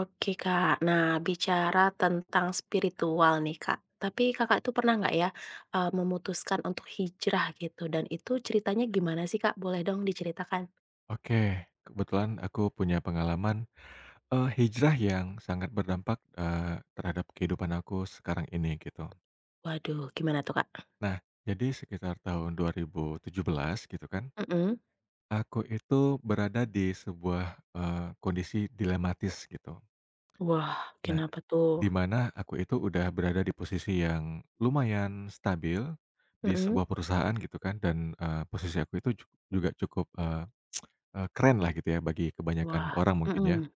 Oke Kak, nah bicara tentang spiritual nih Kak, tapi Kakak itu pernah nggak ya, memutuskan untuk hijrah gitu dan itu ceritanya gimana sih Kak? Boleh dong diceritakan? Oke, kebetulan aku punya pengalaman, hijrah yang sangat berdampak, terhadap kehidupan aku sekarang ini gitu. Waduh gimana tuh Kak? Nah, jadi sekitar tahun 2017 gitu kan, Mhm. aku itu berada di sebuah, kondisi dilematis gitu. Wah Nah, kenapa tuh? di mana aku itu udah berada di posisi yang lumayan stabil di Mhm. sebuah perusahaan gitu kan dan, posisi aku itu juga cukup, eee eee, keren lah gitu ya bagi kebanyakan Wah, orang mungkin ya. mhm.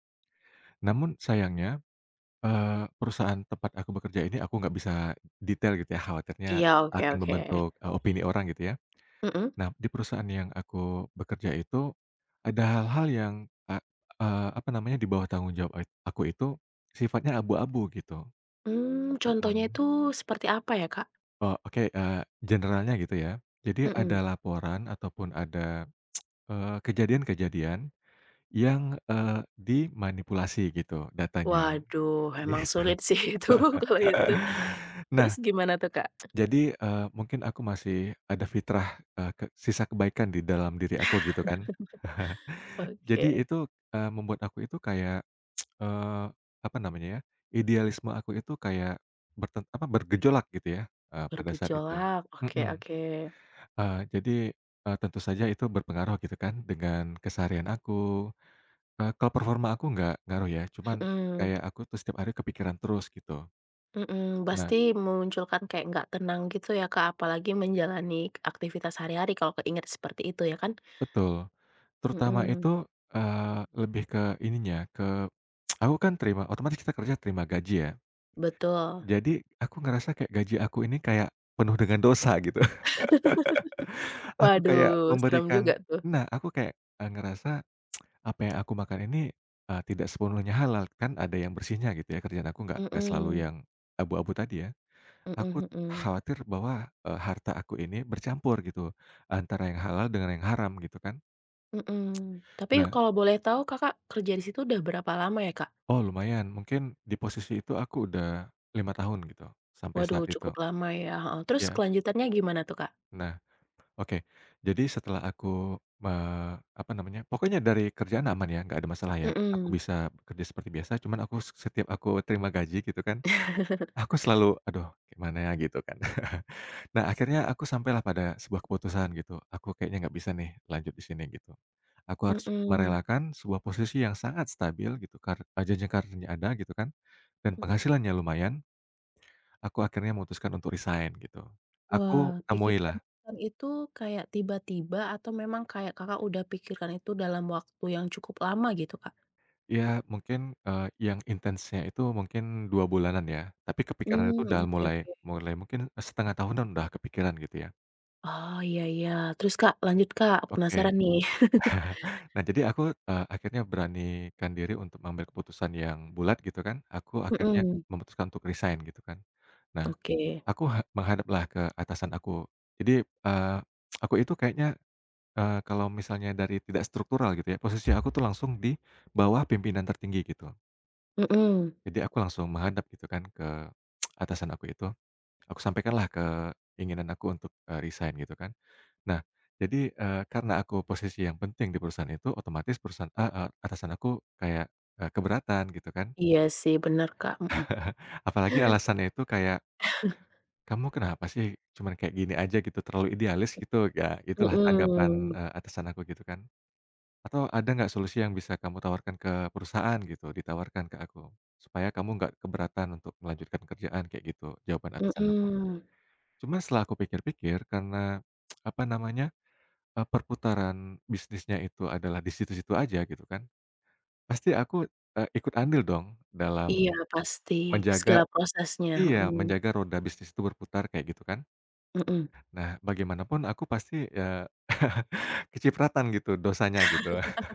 Namun sayangnya, perusahaan tempat aku bekerja ini aku nggak bisa detail gitu ya, khawatirnya Iya, oke, akan oke. membentuk, opini orang gitu ya. Mhm. Nah, di perusahaan yang aku bekerja itu, ada hal-hal yang, eee eee, apa namanya, di bawah tanggung jawab et aku itu sifatnya abu-abu gitu. Contohnya Mhm. itu seperti apa ya Kak? Oh, oke, generalnya gitu ya. Jadi ada Mhm. laporan ataupun ada, kejadian-kejadian yang, dimanipulasi gitu datanya, Waduh, emang gitu. sulit sih itu kalau itu. Terus Nah, gimana tuh Kak? jadi, mungkin aku masih ada fitrah, ke sisa kebaikan di dalam diri aku gitu kan. Jadi Oke, itu, membuat aku itu kayak, eee, apa namanya ya, idealisme aku itu kayak bergejolak gitu ya, pada saat itu. bergejolak, oke, Mhm, oke. Jadi, tentu saja itu berpengaruh gitu kan dengan keseharian aku, kalau performa aku nggak ngaruh ya, cuman Mhm, kayak aku tuh setiap hari kepikiran terus gitu. mhm, Nah, pasti memunculkan kayak nggak tenang gitu ya, Kak, apalagi menjalani aktivitas sehari-hari kalau keinget seperti itu ya kan? betul, terutama Mhm, itu, lebih ke ininya. Aku kan terima otomatis, kita kerja terima gaji ya. betul. Jadi aku ngerasa kayak gaji aku ini kayak penuh dengan dosa gitu. Aku kayak Waduh, serem juga memberikan. tuh. Nah, aku kayak, ngerasa apa yang aku makan ini, tidak sepenuhnya halal, kan ada yang bersihnya gitu ya, kerjaan aku nggak selalu Mhm, yang abu-abu tadi ya. Aku mhm, mhm, khawatir bahwa, harta aku ini bercampur gitu, antara yang halal dengan yang haram gitu kan. mhm. Tapi Nah, kalau boleh tahu Kakak kerja di situ udah berapa lama ya, Kak? oh lumayan mungkin di posisi itu aku udah 5 tahun gitu, sampai Waduh saat itu. cukup lama ya, heeh, terus Ya. kelanjutannya gimana tuh, Kak? Nah. Oke. Jadi setelah aku, apa namanya, pokoknya dari kerjaan aman ya, nggak ada masalah ya. Aku Mhm. bisa bekerja seperti biasa, cuman aku setiap aku terima gaji gitu kan, aku selalu, "Aduh, gimana ya?" Gitu kan. Nah, akhirnya aku sampailah pada sebuah keputusan gitu, aku kayaknya nggak bisa nih lanjut di sini gitu. Aku Mhm, harus mhm. merelakan sebuah posisi yang sangat stabil gitu, jenjang karirnya ada gitu kan, dan penghasilannya lumayan, aku akhirnya memutuskan untuk resign gitu. Wah, Aku temuilah. pikiran-pikiran itu kayak tiba-tiba atau memang kayak Kakak udah pikirkan itu dalam waktu yang cukup lama gitu, Kak? Iya, mungkin, yang intensnya itu mungkin 2 bulanan ya, tapi kepikiran itu Mmm, udah oke, mulai oke. mulai mungkin setengah tahunan udah kepikiran gitu ya. Oh, iya, iya. Terus, Kak, lanjut, Kak, aku Oke. penasaran nih. Nah, jadi aku, akhirnya beranikan diri untuk mengambil keputusan yang bulat gitu kan, aku akhirnya Mhm, memutuskan untuk resign gitu kan. Nah, oke. aku menghadaplah ke atasan aku. Jadi, eee, aku itu kayaknya, kalau misalnya dari tidak struktural gitu ya, posisi aku tuh langsung di bawah pimpinan tertinggi gitu. Mhm. Jadi aku langsung menghadap gitu kan ke atasan aku itu, aku sampaikanlah keinginan aku untuk, resign gitu kan. Nah, jadi, karena aku posisi yang penting di perusahaan itu, otomatis perusahaan a a atasan aku kayak, keberatan gitu kan. Iya sih, bener, Kak, mhm. Apalagi alasannya itu kayak, "Kamu kenapa sih cuman kayak gini aja gitu, terlalu idealis gitu." Ya itulah tanggapan, Mhm, atasan aku gitu kan. Atau ada nggak solusi yang bisa kamu tawarkan ke perusahaan gitu, ditawarkan ke aku, supaya kamu nggak keberatan untuk melanjutkan kerjaan kayak gitu, jawaban atasan aku. mhm. Cuman setelah aku pikir-pikir karena, apa namanya, perputaran bisnisnya itu adalah di situ-situ aja gitu kan, pasti aku, ikut andil dong Iya, dalam pasti. menjaga, Segala prosesnya, iya, mhm, menjaga roda bisnis itu berputar kayak gitu kan. mhm. Nah, bagaimanapun aku pasti, kecipratan gitu dosanya gitu.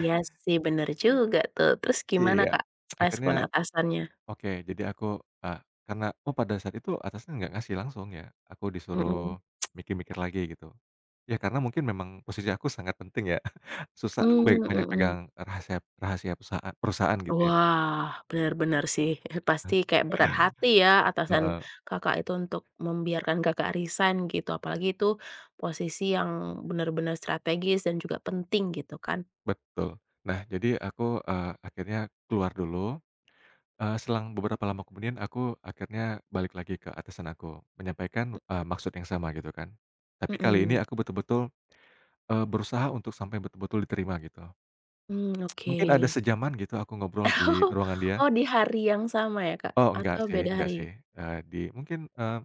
Iya sih, bener juga tuh. Terus gimana, Iya, Kak, akhirnya. respon atasannya? Oke, jadi aku, eee, karena oh pada saat itu atasnya nggak ngasih langsung ya, aku disuruh Mhm. mikir-mikir lagi gitu. Ya karena mungkin memang posisi aku sangat penting ya, susah, aku Mmm, banyak banyak mhm. pegang rahasia rahasia perusahaan perusahaan gitu ya. Wah, benar-benar sih, pasti kayak berat hati ya atasan Heeh, Kakak itu untuk membiarkan Kakak resign gitu, apalagi itu posisi yang benar-benar strategis dan juga penting gitu kan. betul. Nah, jadi aku, akhirnya keluar dulu, selang beberapa lama kemudian aku akhirnya balik lagi ke atasan aku, menyampaikan, maksud yang sama gitu kan. Tapi kali ini Mhm. aku betul-betul, berusaha untuk sampai betul-betul diterima gitu. Hmm, oke. Mungkin ada sejaman gitu aku ngobrol di ruangan dia. Oh, di hari yang sama ya, Kak? Oh, enggak Atau sih, beda enggak hari? sih, di mungkin,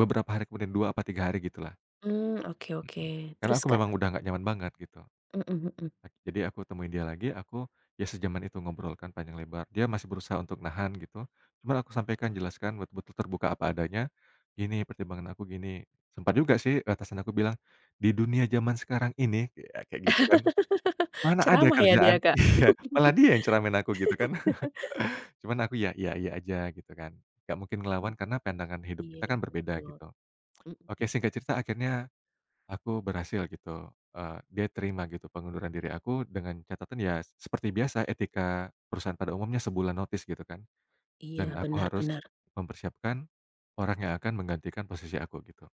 beberapa hari kemudian, 2 apa 3 hari gitulah. Hmm, oke, oke. Mhm. Karena Terus, aku Kak? memang udah nggak nyaman banget gitu. Mhm, mhm. Jadi aku temuin dia lagi, aku ya sejaman itu ngobrol kan panjang lebar. Dia masih berusaha untuk nahan gitu, cuman aku sampaikan, jelaskan betul-betul terbuka apa adanya, "Gini pertimbangan aku, gini." Sempat juga sih atasan aku bilang, "Di dunia zaman sekarang ini," ya kayak gitu kan, "mana ada Ceramah ya dia, kerjaan," Kak? iya, malah dia yang ceramahin aku gitu kan. Cuman aku ya iya, iya aja gitu kan, nggak mungkin ngelawan karena pandangan hidup Iya kita kan berbeda betul. gitu. Mhm, mhm. Oke, singkat cerita akhirnya aku berhasil gitu, dia terima gitu pengunduran diri aku dengan catatan ya seperti biasa, etika perusahaan pada umumnya sebulan notice gitu kan, Iya, dan aku harus benar-benar. mempersiapkan orang yang akan menggantikan posisi aku gitu.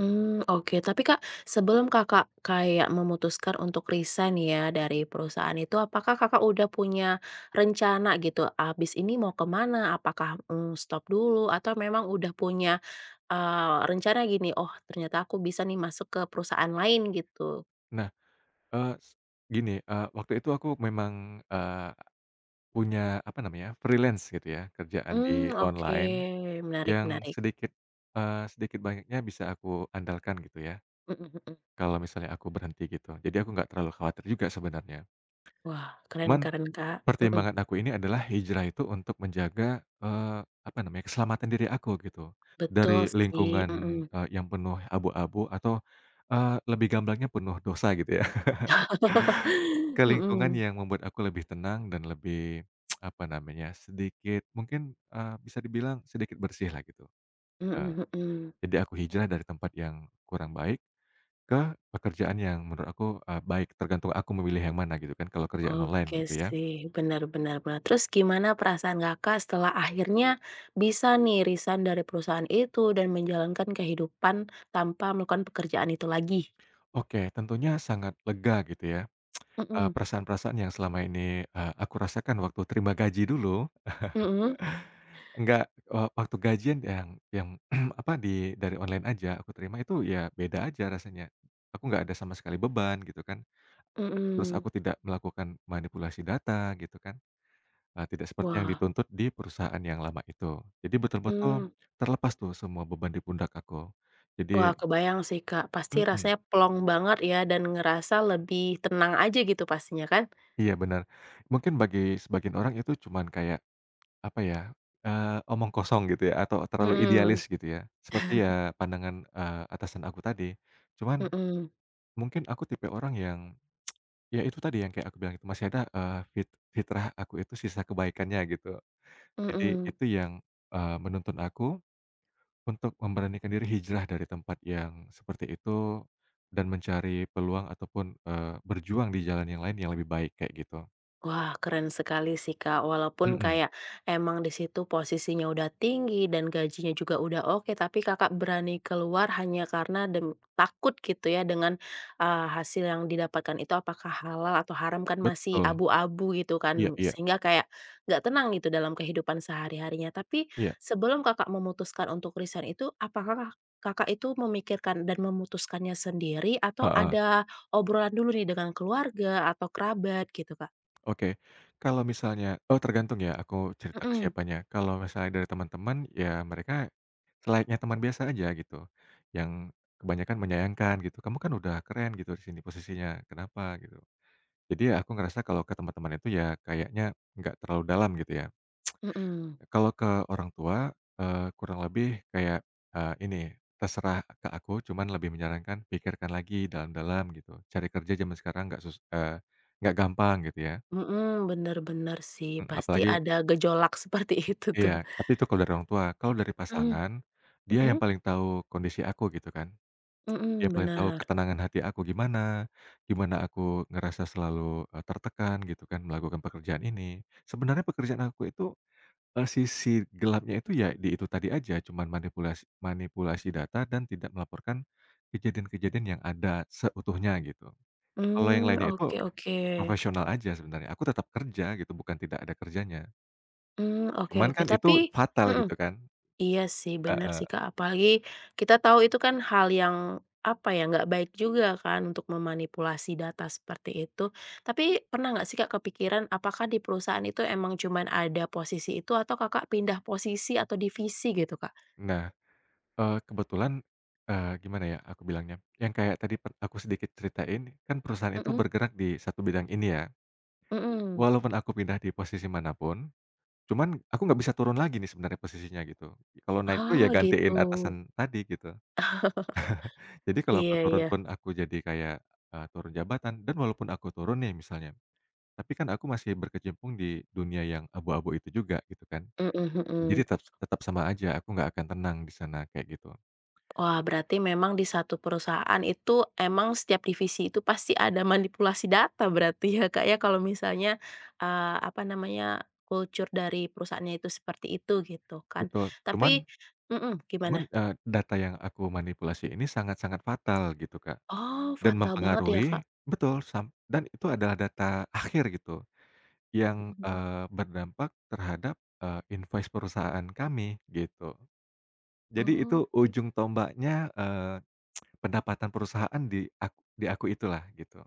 Mmm, oke. Tapi Kak, sebelum Kakak kayak memutuskan untuk resign ya dari perusahaan itu, apakah Kakak udah punya rencana gitu, abis ini mau ke mana? Apakah, stop dulu atau memang udah punya, rencana gini, "Oh ternyata aku bisa nih masuk ke perusahaan lain," gitu? Nah, eee, s gini, waktu itu aku memang, punya apa namanya, freelance gitu ya, kerjaan Mmm, di oke. online. Menarik, Yang menarik. sedikit, sedikit banyaknya bisa aku andalkan gitu ya, Mhm, mhm. kalau misalnya aku berhenti gitu. Jadi aku nggak terlalu khawatir juga sebenarnya. Wah, keren, Cuman keren Kak. Mhm. pertimbangan aku ini adalah hijrah itu untuk menjaga, apa namanya, keselamatan diri aku gitu. Betul Dari sih. lingkungan, Mhm. Yang penuh abu-abu atau, lebih gamblangnya penuh dosa gitu ya, ke lingkungan Mhm. yang membuat aku lebih tenang dan lebih apa namanya, sedikit mungkin, bisa dibilang sedikit bersih lah gitu. Eee, Mhm, mhm. jadi aku hijrah dari tempat yang kurang baik ke pekerjaan yang menurut aku, baik, tergantung aku memilih yang mana gitu kan, kalau kerjaan online Oke gitu ya. sih, benar, benar, benar. Terus gimana perasaan Kakak setelah akhirnya bisa nih resign dari perusahaan itu dan menjalankan kehidupan tanpa melakukan pekerjaan itu lagi? Oke, tentunya sangat lega gitu ya, Mhm, perasaan-perasaan yang selama ini, aku rasakan waktu terima gaji dulu, mhm, enggak, waktu gajian yang apa, dari online aja aku terima itu ya beda aja rasanya. Aku nggak ada sama sekali beban gitu kan, terus mhm. aku tidak melakukan manipulasi data gitu kan. Tidak seperti yang Wah, dituntut di perusahaan yang lama itu. Jadi betul-betul mmm, terlepas tuh semua beban di pundak aku. wah Jadi kebayang sih, Kak, pasti mhm, rasanya plong banget ya dan ngerasa lebih tenang aja gitu pastinya kan? iya, bener. Mungkin bagi sebagian orang itu cuman kayak, apa ya, omong kosong gitu ya atau terlalu idealis Mhm, gitu ya. Seperti ya pandangan, atasan aku tadi. Cuman mhm, mungkin aku tipe orang yang, ya itu tadi yang kayak aku bilang itu masih ada, eee, fit fitrah aku itu sisa kebaikannya gitu. Jadi mhm. itu yang, menuntun aku untuk memberanikan diri hijrah dari tempat yang seperti itu, dan mencari peluang ataupun, berjuang di jalan yang lain yang lebih baik kayak gitu. Wah, keren sekali sih, Kak. Walaupun Mhm, kayak emang di situ posisinya udah tinggi dan gajinya juga udah oke, tapi Kakak berani keluar hanya karena takut gitu ya dengan, hasil yang didapatkan itu apakah halal atau haram kan masih betul. abu-abu gitu Iya, kan, iya, sehingga kayak nggak tenang gitu dalam kehidupan sehari-harinya. Tapi iya, sebelum Kakak memutuskan untuk resign itu, apakah Kakak itu memikirkan dan memutuskannya sendiri atau heeh. ada obrolan dulu nih dengan keluarga atau kerabat gitu, Kak? Oke, kalau misalnya oh tergantung ya aku cerita ke Mhm, siapanya. Kalau misalnya dari teman-teman, ya mereka selayaknya teman biasa aja gitu, yang kebanyakan menyayangkan gitu, "Kamu kan udah keren gitu di sini posisinya, kenapa?" Gitu. Jadi ya aku ngerasa kalau ke teman-teman itu ya kayaknya nggak terlalu dalam gitu ya. mhm. Kalau ke orang tua, kurang lebih kayak, ini, terserah ke aku, cuman lebih menyarankan pikirkan lagi dalam-dalam gitu. Cari kerja zaman sekarang nggak sus eee, nggak gampang gitu ya, Mhm, bener, bener sih, mhm, pasti apalagi ada gejolak seperti itu iya, tuh. tapi itu kalau dari orang tua. Kalau dari Mhm, pasangan, dia yang mhm, paling tahu kondisi aku gitu kan. mhm, Dia paling tahu bener. ketenangan hati aku gimana, gimana aku ngerasa selalu, tertekan gitu kan melakukan pekerjaan ini. Sebenarnya pekerjaan aku itu sisi gelapnya itu ya di itu tadi aja, cuman manipulasi manipulasi data dan tidak melaporkan kejadian-kejadian yang ada seutuhnya gitu. Kalau yang Mmm, lainnya itu oke, oke. profesional aja sebenarnya, aku tetap kerja gitu, bukan tidak ada kerjanya. Mmm, oke, Cuman oke, kan itu tapi fatal mhm, gitu kan, iya sih, bener sih, heeh. Kak, apalagi kita tahu itu kan hal yang, apa ya, nggak baik juga kan untuk memanipulasi data seperti itu. Tapi pernah nggak sih, Kak, kepikiran apakah di perusahaan itu emang cuman ada posisi itu atau Kakak pindah posisi atau divisi gitu, Kak? Nah, kebetulan, gimana ya aku bilangnya, yang kayak tadi aku sedikit ceritain, kan perusahaan itu Mhm, bergerak di satu bidang ini ya. mhm. Walaupun aku pindah di posisi mana pun, cuman aku nggak bisa turun lagi nih sebenarnya posisinya gitu. Kalau naik tuh Ah ya gitu. gantiin atasan tadi gitu. Jadi kalau aku Iya, turun iya. pun aku jadi kayak, turun jabatan, dan walaupun aku turun nih misalnya, tapi kan aku masih berkecimpung di dunia yang abu-abu itu juga gitu kan. Mhm, Jadi mhm. tetap, tetap sama aja, aku nggak akan tenang di sana kayak gitu. Wah, berarti memang di satu perusahaan itu emang setiap divisi itu pasti ada manipulasi data berarti ya Kak ya kalau misalnya, apa namanya, kultur dari perusahaannya itu seperti itu gitu kan. Betul, cuman Tapi mhm, cuman, gimana? Data yang aku manipulasi ini sangat-sangat fatal gitu, Kak, Oh dan fatal banget ya Kak? mempengaruhi betul dan itu adalah data akhir gitu. Yang, Mhm, mhm. Berdampak terhadap, invoice perusahaan kami, gitu. Jadi Oke. itu Oh, ujung tombaknya, pendapatan perusahaan di aku itulah, gitu.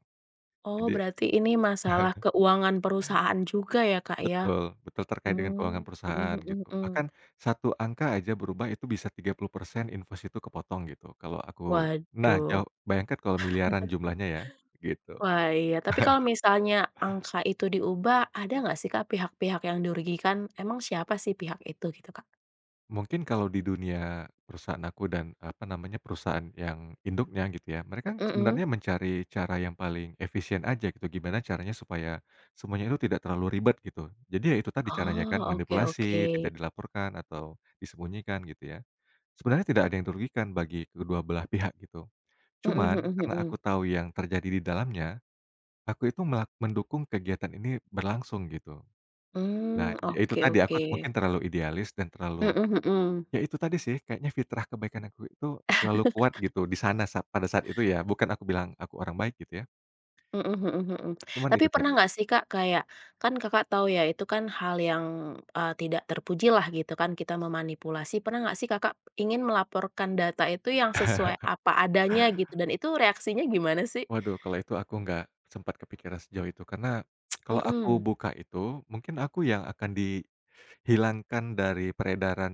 oh, Jadi berarti ini masalah keuangan perusahaan juga ya Kak ya? betul, betul terkait dengan keuangan Mmm, perusahaan, mhm, mhm, gitu. mhm. Bahkan satu angka aja berubah itu bisa 30% invoice itu kepotong, gitu, kalau aku nah, Waduh. jauh, bayangkan kalau miliaran jumlahnya ya, gitu. Wah, iya. Tapi kalau misalnya angka itu diubah, ada nggak sih, Kak, pihak-pihak yang dirugikan? Emang siapa sih pihak itu gitu, Kak? Mungkin kalau di dunia perusahaan aku dan, apa namanya, perusahaan yang induknya gitu ya, mereka kan Mhm. sebenarnya mencari cara yang paling efisien aja gitu, gimana caranya supaya semuanya itu tidak terlalu ribet gitu. Jadi ya itu tadi caranya kan, Oh, oke, oke. manipulasi, tidak dilaporkan atau disembunyikan gitu ya. Sebenarnya tidak ada yang dirugikan bagi kedua belah pihak gitu. Mhm, Cuman mhm, karena mhm. aku tahu yang terjadi di dalamnya, aku itu mendukung kegiatan ini berlangsung gitu. Nah, Mmm, ya itu oke, tadi, aku oke. mungkin terlalu idealis dan terlalu. Mhm, mhm. Ya itu tadi sih, kayaknya fitrah kebaikan aku itu terlalu kuat gitu di sana pada saat itu ya, bukan aku bilang aku orang baik gitu ya, Mhm, mhm, mhm. cuman Tapi itu pernah tadi, nggak sih, Kak, kayak kan Kakak tahu ya itu kan hal yang, tidak terpuji lah gitu kan kita memanipulasi. Pernah nggak sih Kakak ingin melaporkan data itu yang sesuai apa adanya gitu dan itu reaksinya gimana sih? waduh kalau itu aku nggak sempat kepikiran sejauh itu karena kalau aku Mhm. buka itu, mungkin aku yang akan dihilangkan dari peredaran,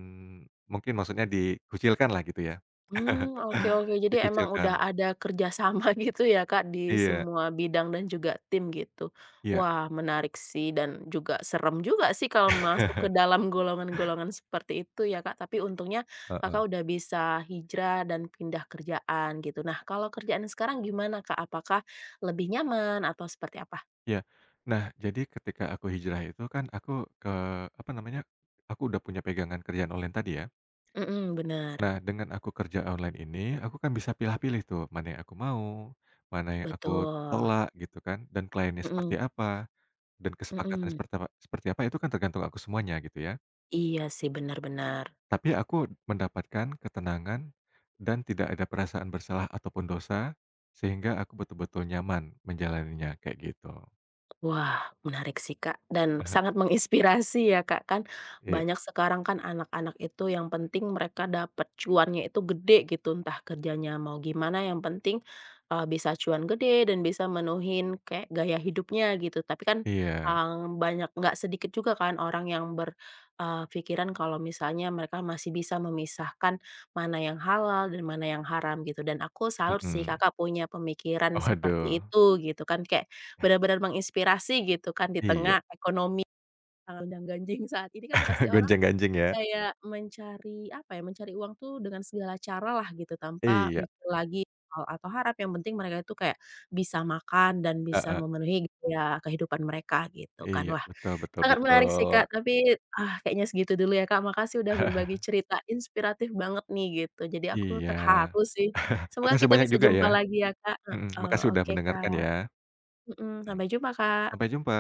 mungkin maksudnya dikucilkan lah gitu ya, Mmm, oke, oke. Jadi emang udah dikucilkan. ada kerjasama gitu ya, Kak, di Iya, semua bidang dan juga tim gitu. iya, Wah, menarik sih dan juga serem juga sih kalau masuk ke dalam golongan-golongan seperti itu ya, Kak, tapi untungnya heeh, Kakak udah bisa hijrah dan pindah kerjaan gitu. Nah, kalau kerjaan sekarang gimana, Kak? Apakah lebih nyaman atau seperti apa? iya. Nah, jadi ketika aku hijrah itu kan aku ke apa namanya, aku udah punya pegangan kerjaan online tadi ya. Mhm, benar Nah, dengan aku kerja online ini, aku kan bisa pilih pilih tuh, mana yang aku mau, mana yang aku betul. tolak gitu kan, dan kliennya seperti Mhm, apa, dan kesepakatan mhm. Seperti apa, itu kan tergantung aku semuanya gitu ya. Iya sih, benar-benar. Tapi aku mendapatkan ketenangan dan tidak ada perasaan bersalah ataupun dosa, sehingga aku betul-betul nyaman menjalaninya, kayak gitu. Wah, menarik sih, Kak, dan Aha. sangat menginspirasi ya, Kak, kan Iya, banyak sekarang kan anak-anak itu yang penting mereka dapat cuannya itu gede gitu, entah kerjanya mau gimana yang penting, bisa cuan gede dan bisa menuhin kayak gaya hidupnya gitu. Tapi kan, iya, banyak nggak sedikit juga kan orang yang kalau misalnya mereka masih bisa memisahkan mana yang halal dan mana yang haram gitu, dan aku salut sih mhm. Kakak punya pemikiran seperti Waduh, itu gitu kan, kayak benar-benar menginspirasi gitu kan di iya, tengah ekonomi yang gonjang-ganjing saat ini kan pasti orang gonjang-ganjing ya. kayak mencari apa ya, mencari uang tuh dengan segala cara lah gitu tanpa Iya, mikir lagi soal atau harap, yang penting mereka itu kayak bisa makan dan bisa heeh, memenuhi gitu ya kehidupan mereka gitu kan. iya, Wah, betul, betul, sangat menarik sih betul. Kak, tapi, ah, kayaknya segitu dulu ya Kak, makasih udah berbagi cerita inspiratif banget nih gitu, jadi aku Iya, terharu sih. Semoga makasih kita banyak bisa juga jumpa ya, lagi ya Kak, mhm, heeh, makasih udah oke mendengarkan Kak, ya, mhm, mhm, sampai jumpa sampai Kak. jumpa.